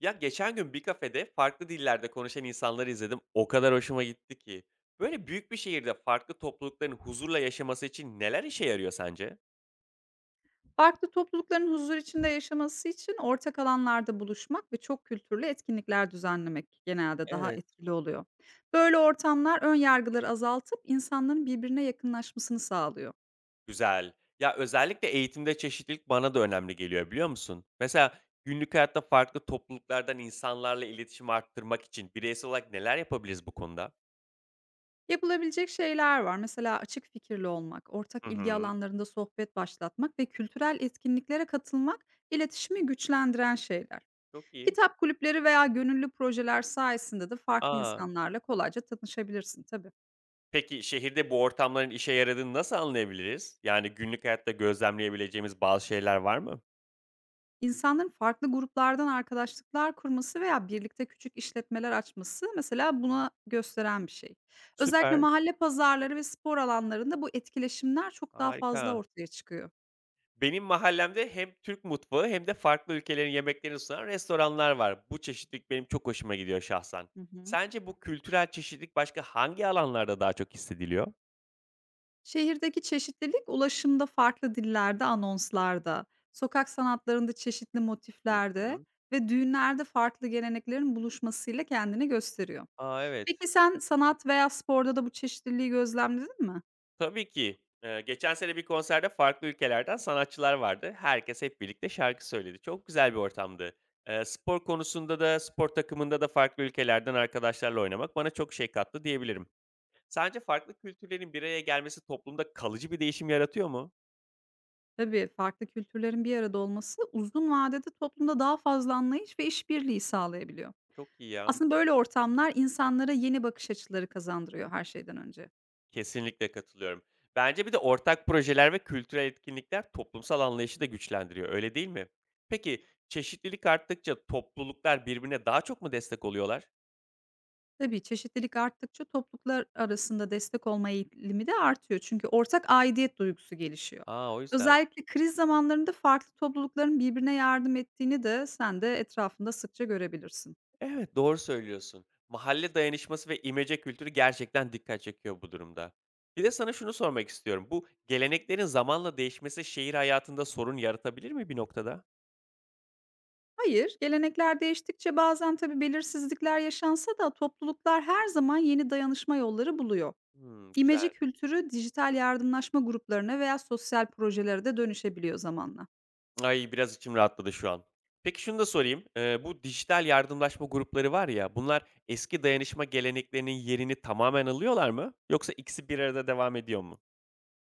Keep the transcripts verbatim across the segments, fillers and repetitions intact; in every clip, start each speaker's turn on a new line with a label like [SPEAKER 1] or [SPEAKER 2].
[SPEAKER 1] Ya geçen gün bir kafede farklı dillerde konuşan insanları izledim. O kadar hoşuma gitti ki. Böyle büyük bir şehirde farklı toplulukların huzurla yaşaması için neler işe yarıyor sence?
[SPEAKER 2] Farklı toplulukların huzur içinde yaşaması için ortak alanlarda buluşmak ve çok kültürlü etkinlikler düzenlemek genelde daha
[SPEAKER 1] Evet.
[SPEAKER 2] etkili oluyor. Böyle ortamlar ön yargıları azaltıp insanların birbirine yakınlaşmasını sağlıyor.
[SPEAKER 1] Güzel. Ya özellikle eğitimde çeşitlilik bana da önemli geliyor biliyor musun? Mesela günlük hayatta farklı topluluklardan insanlarla iletişim arttırmak için bireysel olarak neler yapabiliriz bu konuda?
[SPEAKER 2] Yapılabilecek şeyler var. Mesela açık fikirli olmak, ortak
[SPEAKER 1] Hı
[SPEAKER 2] ilgi
[SPEAKER 1] hı.
[SPEAKER 2] alanlarında sohbet başlatmak ve kültürel etkinliklere katılmak iletişimi güçlendiren şeyler.
[SPEAKER 1] Çok iyi.
[SPEAKER 2] Kitap kulüpleri veya gönüllü projeler sayesinde de farklı
[SPEAKER 1] Aa.
[SPEAKER 2] insanlarla kolayca tanışabilirsin tabii.
[SPEAKER 1] Peki şehirde bu ortamların işe yaradığını nasıl anlayabiliriz? Yani günlük hayatta gözlemleyebileceğimiz bazı şeyler var mı?
[SPEAKER 2] İnsanların farklı gruplardan arkadaşlıklar kurması veya birlikte küçük işletmeler açması mesela buna gösteren bir şey. Özellikle
[SPEAKER 1] Süper.
[SPEAKER 2] mahalle pazarları ve spor alanlarında bu etkileşimler çok daha fazla
[SPEAKER 1] Harika.
[SPEAKER 2] ortaya çıkıyor.
[SPEAKER 1] Benim mahallemde hem Türk mutfağı hem de farklı ülkelerin yemeklerini sunan restoranlar var. Bu çeşitlilik benim çok hoşuma gidiyor şahsen.
[SPEAKER 2] Hı hı.
[SPEAKER 1] Sence bu kültürel çeşitlilik başka hangi alanlarda daha çok hissediliyor?
[SPEAKER 2] Şehirdeki çeşitlilik ulaşımda farklı dillerde, anonslarda, sokak sanatlarında çeşitli
[SPEAKER 1] Hı
[SPEAKER 2] motiflerde
[SPEAKER 1] hı.
[SPEAKER 2] ve düğünlerde farklı geleneklerin buluşmasıyla kendini gösteriyor.
[SPEAKER 1] Aa evet.
[SPEAKER 2] Peki sen sanat veya sporda da bu çeşitliliği gözlemledin mi?
[SPEAKER 1] Tabii ki. Ee, geçen sene bir konserde farklı ülkelerden sanatçılar vardı. Herkes hep birlikte şarkı söyledi. Çok güzel bir ortamdı. Ee, spor konusunda da spor takımında da farklı ülkelerden arkadaşlarla oynamak bana çok şey kattı diyebilirim. Sence farklı kültürlerin bir araya gelmesi toplumda kalıcı bir değişim yaratıyor mu?
[SPEAKER 2] Tabii, farklı kültürlerin bir arada olması uzun vadede toplumda daha fazla anlayış ve işbirliği sağlayabiliyor.
[SPEAKER 1] Çok iyi ya.
[SPEAKER 2] Aslında böyle ortamlar insanlara yeni bakış açıları kazandırıyor her şeyden önce.
[SPEAKER 1] Kesinlikle katılıyorum. Bence bir de ortak projeler ve kültürel etkinlikler toplumsal anlayışı da güçlendiriyor, öyle değil mi? Peki çeşitlilik arttıkça topluluklar birbirine daha çok mu destek oluyorlar?
[SPEAKER 2] Tabii çeşitlilik arttıkça topluluklar arasında destek olma eğilimi de artıyor. Çünkü ortak aidiyet duygusu gelişiyor.
[SPEAKER 1] Aa o yüzden.
[SPEAKER 2] Özellikle kriz zamanlarında farklı toplulukların birbirine yardım ettiğini de sen de etrafında sıkça görebilirsin.
[SPEAKER 1] Evet, doğru söylüyorsun. Mahalle dayanışması ve imece kültürü gerçekten dikkat çekiyor bu durumda. Bir de sana şunu sormak istiyorum. Bu geleneklerin zamanla değişmesi şehir hayatında sorun yaratabilir mi bir noktada?
[SPEAKER 2] Hayır, gelenekler değiştikçe bazen tabii belirsizlikler yaşansa da topluluklar her zaman yeni dayanışma yolları buluyor.
[SPEAKER 1] Hmm,
[SPEAKER 2] İmece
[SPEAKER 1] güzel.
[SPEAKER 2] kültürü dijital yardımlaşma gruplarına veya sosyal projelere de dönüşebiliyor zamanla.
[SPEAKER 1] Ay, biraz içim rahatladı şu an. Peki şunu da sorayım. Eee, bu dijital yardımlaşma grupları var ya, bunlar eski dayanışma geleneklerinin yerini tamamen alıyorlar mı? Yoksa ikisi bir arada devam ediyor mu?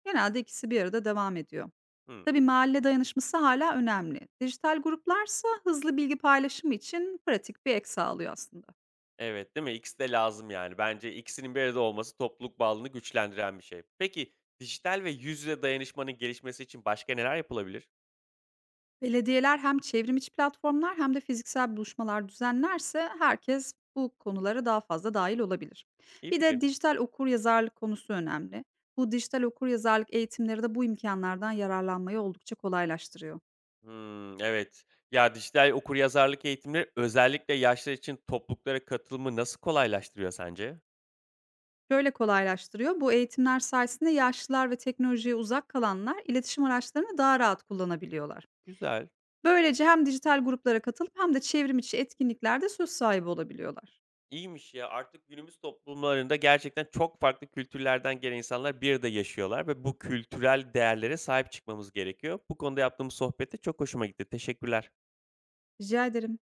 [SPEAKER 2] Genelde ikisi bir arada devam ediyor.
[SPEAKER 1] Hımm.
[SPEAKER 2] Tabii mahalle dayanışması hala önemli. Dijital gruplarsa hızlı bilgi paylaşımı için pratik bir ek sağlıyor aslında.
[SPEAKER 1] Evet, değil mi? İkisi de lazım yani. Bence ikisinin bir arada olması topluluk bağlılığını güçlendiren bir şey. Peki, dijital ve yüz yüze dayanışmanın gelişmesi için başka neler yapılabilir?
[SPEAKER 2] Belediyeler hem çevrim içi platformlar hem de fiziksel buluşmalar düzenlerse herkes bu konulara daha fazla dahil olabilir.
[SPEAKER 1] İyi
[SPEAKER 2] Bir
[SPEAKER 1] fikir.
[SPEAKER 2] de dijital okur yazarlık konusu önemli. Bu dijital okur yazarlık eğitimleri de bu imkanlardan yararlanmayı oldukça kolaylaştırıyor.
[SPEAKER 1] Hımm, evet. Ya, dijital okuryazarlık eğitimleri özellikle yaşlılar için topluluklara katılımı nasıl kolaylaştırıyor sence?
[SPEAKER 2] Şöyle kolaylaştırıyor. Bu eğitimler sayesinde yaşlılar ve teknolojiye uzak kalanlar iletişim araçlarını daha rahat kullanabiliyorlar.
[SPEAKER 1] Güzel.
[SPEAKER 2] Böylece hem dijital gruplara katılıp hem de çevrim içi etkinliklerde söz sahibi olabiliyorlar.
[SPEAKER 1] İyiymiş ya. Artık günümüz toplumlarında gerçekten çok farklı kültürlerden gelen insanlar bir arada yaşıyorlar ve bu kültürel değerlere sahip çıkmamız gerekiyor. Bu konuda yaptığımız sohbet de çok hoşuma gitti. Teşekkürler.
[SPEAKER 2] Rica ederim.